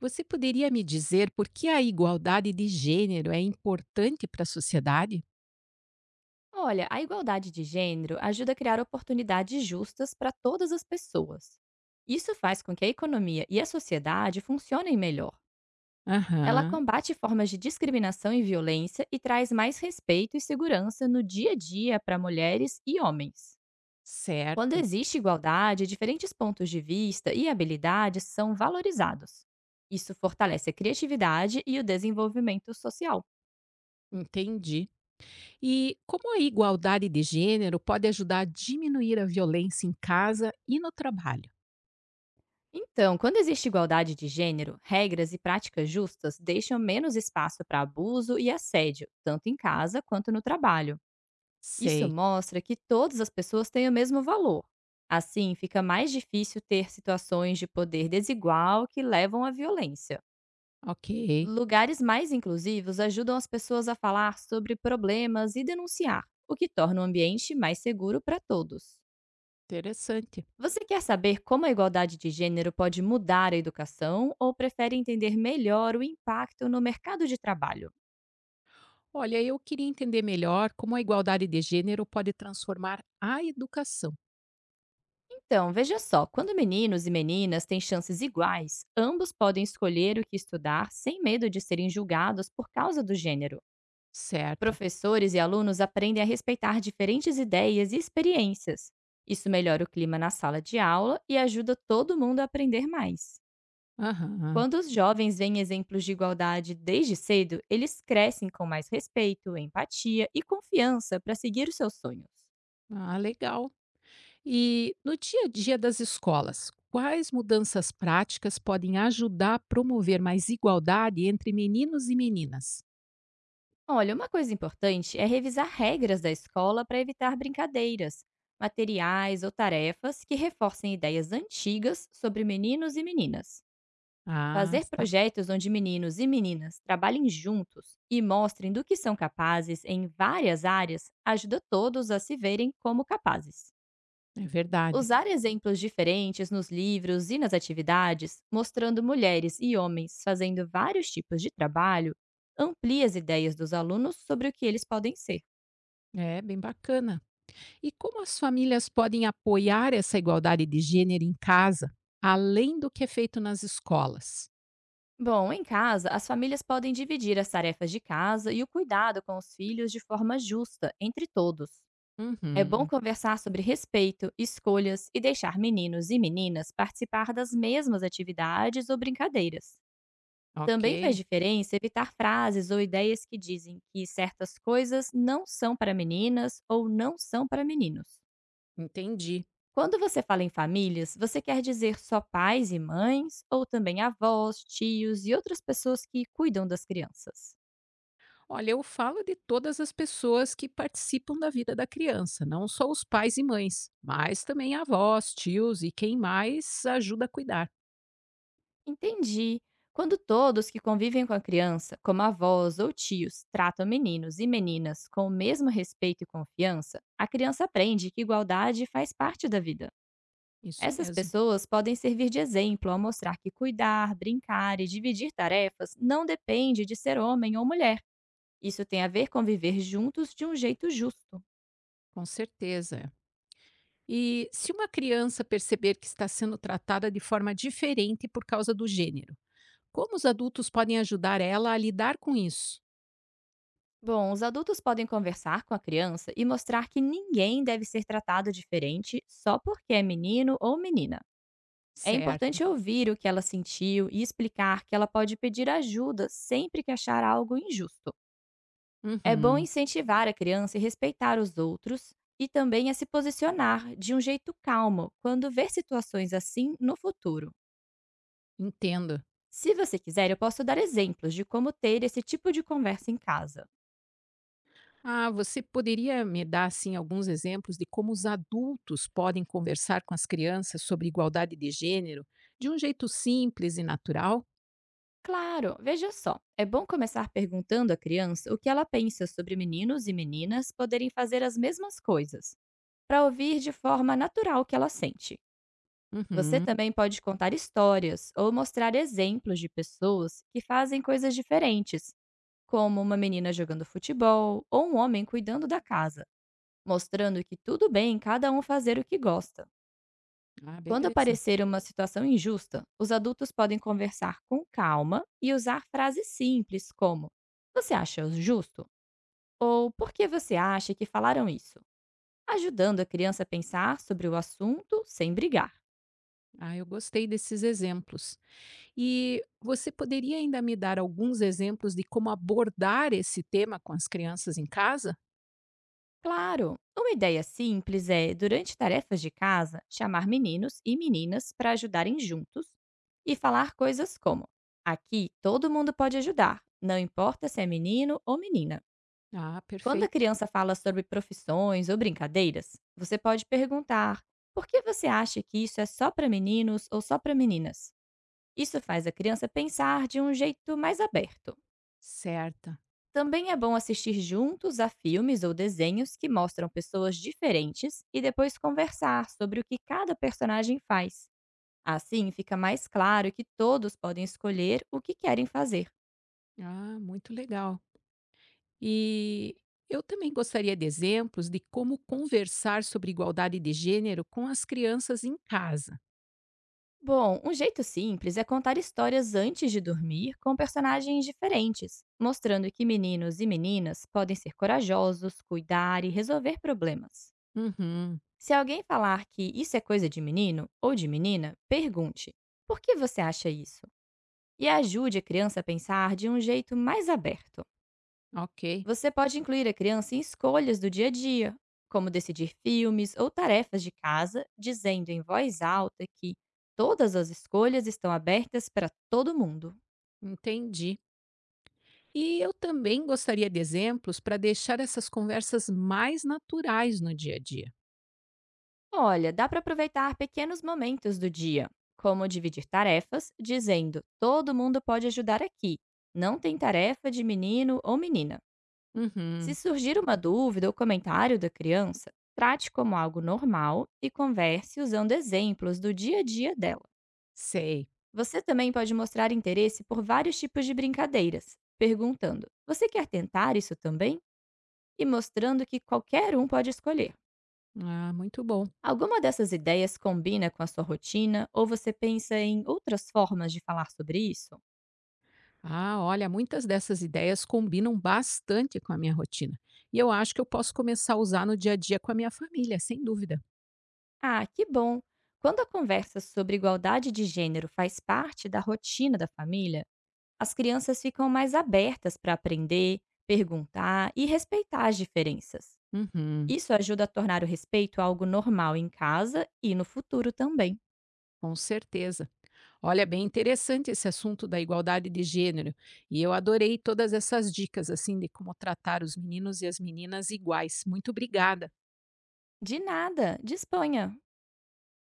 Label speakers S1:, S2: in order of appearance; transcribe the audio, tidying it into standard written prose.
S1: Você poderia me dizer por que a igualdade de gênero é importante para a sociedade?
S2: Olha, a igualdade de gênero ajuda a criar oportunidades justas para todas as pessoas. Isso faz com que a economia e a sociedade funcionem melhor. Ela
S1: Aham,
S2: combate formas de discriminação e violência e traz mais respeito e segurança no dia a dia para mulheres e homens. Quando
S1: certo,
S2: existe igualdade, diferentes pontos de vista e habilidades são valorizados. Isso fortalece a criatividade e o desenvolvimento social.
S1: entendi. E como a igualdade de gênero pode ajudar a diminuir a violência em casa e no trabalho?
S2: Então, quando existe igualdade de gênero, regras e práticas justas deixam menos espaço para abuso e assédio, tanto em casa quanto no trabalho. Isso
S1: Sei,
S2: mostra que todas as pessoas têm o mesmo valor. Assim, fica mais difícil ter situações de poder desigual que levam à violência.
S1: ok,
S2: Lugares mais inclusivos ajudam as pessoas a falar sobre problemas e denunciar, o que torna o ambiente mais seguro para todos.
S1: interessante.
S2: Você quer saber como a igualdade de gênero pode mudar a educação ou prefere entender melhor o impacto no mercado de trabalho?
S1: Olha, eu queria entender melhor como a igualdade de gênero pode transformar a educação,
S2: Então, veja só: quando meninos e meninas têm chances iguais, ambos podem escolher o que estudar sem medo de serem julgados por causa do gênero.
S1: certo?
S2: Professores e alunos aprendem a respeitar diferentes ideias e experiências. Isso melhora o clima na sala de aula e ajuda todo mundo a aprender mais.
S1: Aham,
S2: Quando os jovens veem exemplos de igualdade desde cedo, eles crescem com mais respeito, empatia e confiança para seguir os seus sonhos.
S1: ah, legal. E no dia a dia das escolas, quais mudanças práticas podem ajudar a promover mais igualdade entre meninos e meninas?
S2: Olha, uma coisa importante é revisar regras da escola para evitar brincadeiras, materiais ou tarefas que reforcem ideias antigas sobre meninos e meninas.
S1: Ah,
S2: Fazer
S1: tá.
S2: projetos onde meninos e meninas trabalhem juntos e mostrem do que são capazes em várias áreas ajuda todos a se verem como capazes.
S1: É verdade.
S2: Usar exemplos diferentes nos livros e nas atividades, mostrando mulheres e homens fazendo vários tipos de trabalho, amplia as ideias dos alunos sobre o que eles podem ser.
S1: É bem bacana. E como as famílias podem apoiar essa igualdade de gênero em casa, além do que é feito nas escolas?
S2: Bom, em casa, as famílias podem dividir as tarefas de casa e o cuidado com os filhos de forma justa entre todos. É bom
S1: Uhum,
S2: conversar sobre respeito, escolhas e deixar meninos e meninas participar das mesmas atividades ou brincadeiras.
S1: ok,
S2: Também fez diferença evitar frases ou ideias que dizem que certas coisas não são para meninas ou não são para meninos.
S1: entendi.
S2: Quando você fala em famílias, você quer dizer só pais e mães, ou também avós, tios e outras pessoas que cuidam das crianças?
S1: Olha, eu falo de todas as pessoas que participam da vida da criança, não só os pais e mães, mas também avós, tios e quem mais ajuda a cuidar.
S2: Entendi. Quando todos que convivem com a criança, como avós ou tios, tratam meninos e meninas com o mesmo respeito e confiança, a criança aprende que igualdade faz parte da vida.
S1: Isso
S2: Essas
S1: mesmo,
S2: pessoas podem servir de exemplo ao mostrar que cuidar, brincar e dividir tarefas não depende de ser homem ou mulher. Isso tem a ver com viver juntos de um jeito justo.
S1: com certeza. E se uma criança perceber que está sendo tratada de forma diferente por causa do gênero, como os adultos podem ajudar ela a lidar com isso?
S2: Bom, os adultos podem conversar com a criança e mostrar que ninguém deve ser tratado diferente só porque é menino ou menina. É
S1: Certo.
S2: importante ouvir o que ela sentiu e explicar que ela pode pedir ajuda sempre que achar algo injusto. É bom
S1: Uhum,
S2: incentivar a criança a respeitar os outros e também a se posicionar de um jeito calmo quando ver situações assim no futuro.
S1: entendo.
S2: Se você quiser, eu posso dar exemplos de como ter esse tipo de conversa em casa.
S1: Ah, você poderia me dar assim alguns exemplos de como os adultos podem conversar com as crianças sobre igualdade de gênero de um jeito simples e natural?
S2: Claro, veja só. É bom começar perguntando à criança o que ela pensa sobre meninos e meninas poderem fazer as mesmas coisas, para ouvir de forma natural o que ela sente. Você
S1: Uhum.
S2: também pode contar histórias ou mostrar exemplos de pessoas que fazem coisas diferentes como uma menina jogando futebol ou um homem cuidando da casa, mostrando que tudo bem cada um fazer o que gosta.
S1: Ah,
S2: Quando
S1: beleza.
S2: aparecer uma situação injusta, os adultos podem conversar com calma e usar frases simples como: Você acha justo? Ou Por que você acha que falaram isso? Ajudando a criança a pensar sobre o assunto sem brigar.
S1: Ah, eu gostei desses exemplos. E você poderia ainda me dar alguns exemplos de como abordar esse tema com as crianças em casa?
S2: Claro! Uma ideia simples é, durante tarefas de casa, chamar meninos e meninas para ajudarem juntos e falar coisas como: Aqui todo mundo pode ajudar, não importa se é menino ou menina.
S1: Ah,
S2: Quando a
S1: perfeito.
S2: criança fala sobre profissões ou brincadeiras, você pode perguntar: Por que você acha que isso é só para meninos ou só para meninas? Isso faz a criança pensar de um jeito mais aberto.
S1: Certa.
S2: Também é bom assistir juntos a filmes ou desenhos que mostram pessoas diferentes e depois conversar sobre o que cada personagem faz. Assim fica mais claro que todos podem escolher o que querem fazer.
S1: Ah, muito legal. E eu também gostaria de exemplos de como conversar sobre igualdade de gênero com as crianças em casa.
S2: Bom, um jeito simples é contar histórias antes de dormir com personagens diferentes, mostrando que meninos e meninas podem ser corajosos, cuidar e resolver problemas.
S1: Uhum,
S2: Se alguém falar que isso é coisa de menino ou de menina, pergunte: por que você acha isso? E ajude a criança a pensar de um jeito mais aberto.
S1: ok,
S2: Você pode incluir a criança em escolhas do dia a dia, como decidir filmes ou tarefas de casa, dizendo em voz alta que todas as escolhas estão abertas para todo mundo.
S1: entendi. E eu também gostaria de exemplos para deixar essas conversas mais naturais no dia a dia.
S2: Olha, dá para aproveitar pequenos momentos do dia, como dividir tarefas, dizendo todo mundo pode ajudar aqui, não tem tarefa de menino ou menina. Se
S1: Uhum,
S2: surgir uma dúvida ou comentário da criança, trate como algo normal e converse usando exemplos do dia a dia dela.
S1: sei.
S2: Você também pode mostrar interesse por vários tipos de brincadeiras, perguntando: Você quer tentar isso também? E mostrando que qualquer um pode escolher.
S1: Ah, muito bom.
S2: Alguma dessas ideias combina com a sua rotina ou você pensa em outras formas de falar sobre isso?
S1: Ah, olha, muitas dessas ideias combinam bastante com a minha rotina. E eu acho que eu posso começar a usar no dia a dia com a minha família, sem dúvida.
S2: Ah, que bom! Quando a conversa sobre igualdade de gênero faz parte da rotina da família, as crianças ficam mais abertas para aprender, perguntar e respeitar as diferenças.
S1: Uhum.
S2: Isso ajuda a tornar o respeito algo normal em casa e no futuro também.
S1: Com certeza. Olha, bem interessante esse assunto da igualdade de gênero, e eu adorei todas essas dicas assim de como tratar os meninos e as meninas iguais. Muito obrigada.
S2: De nada, disponha!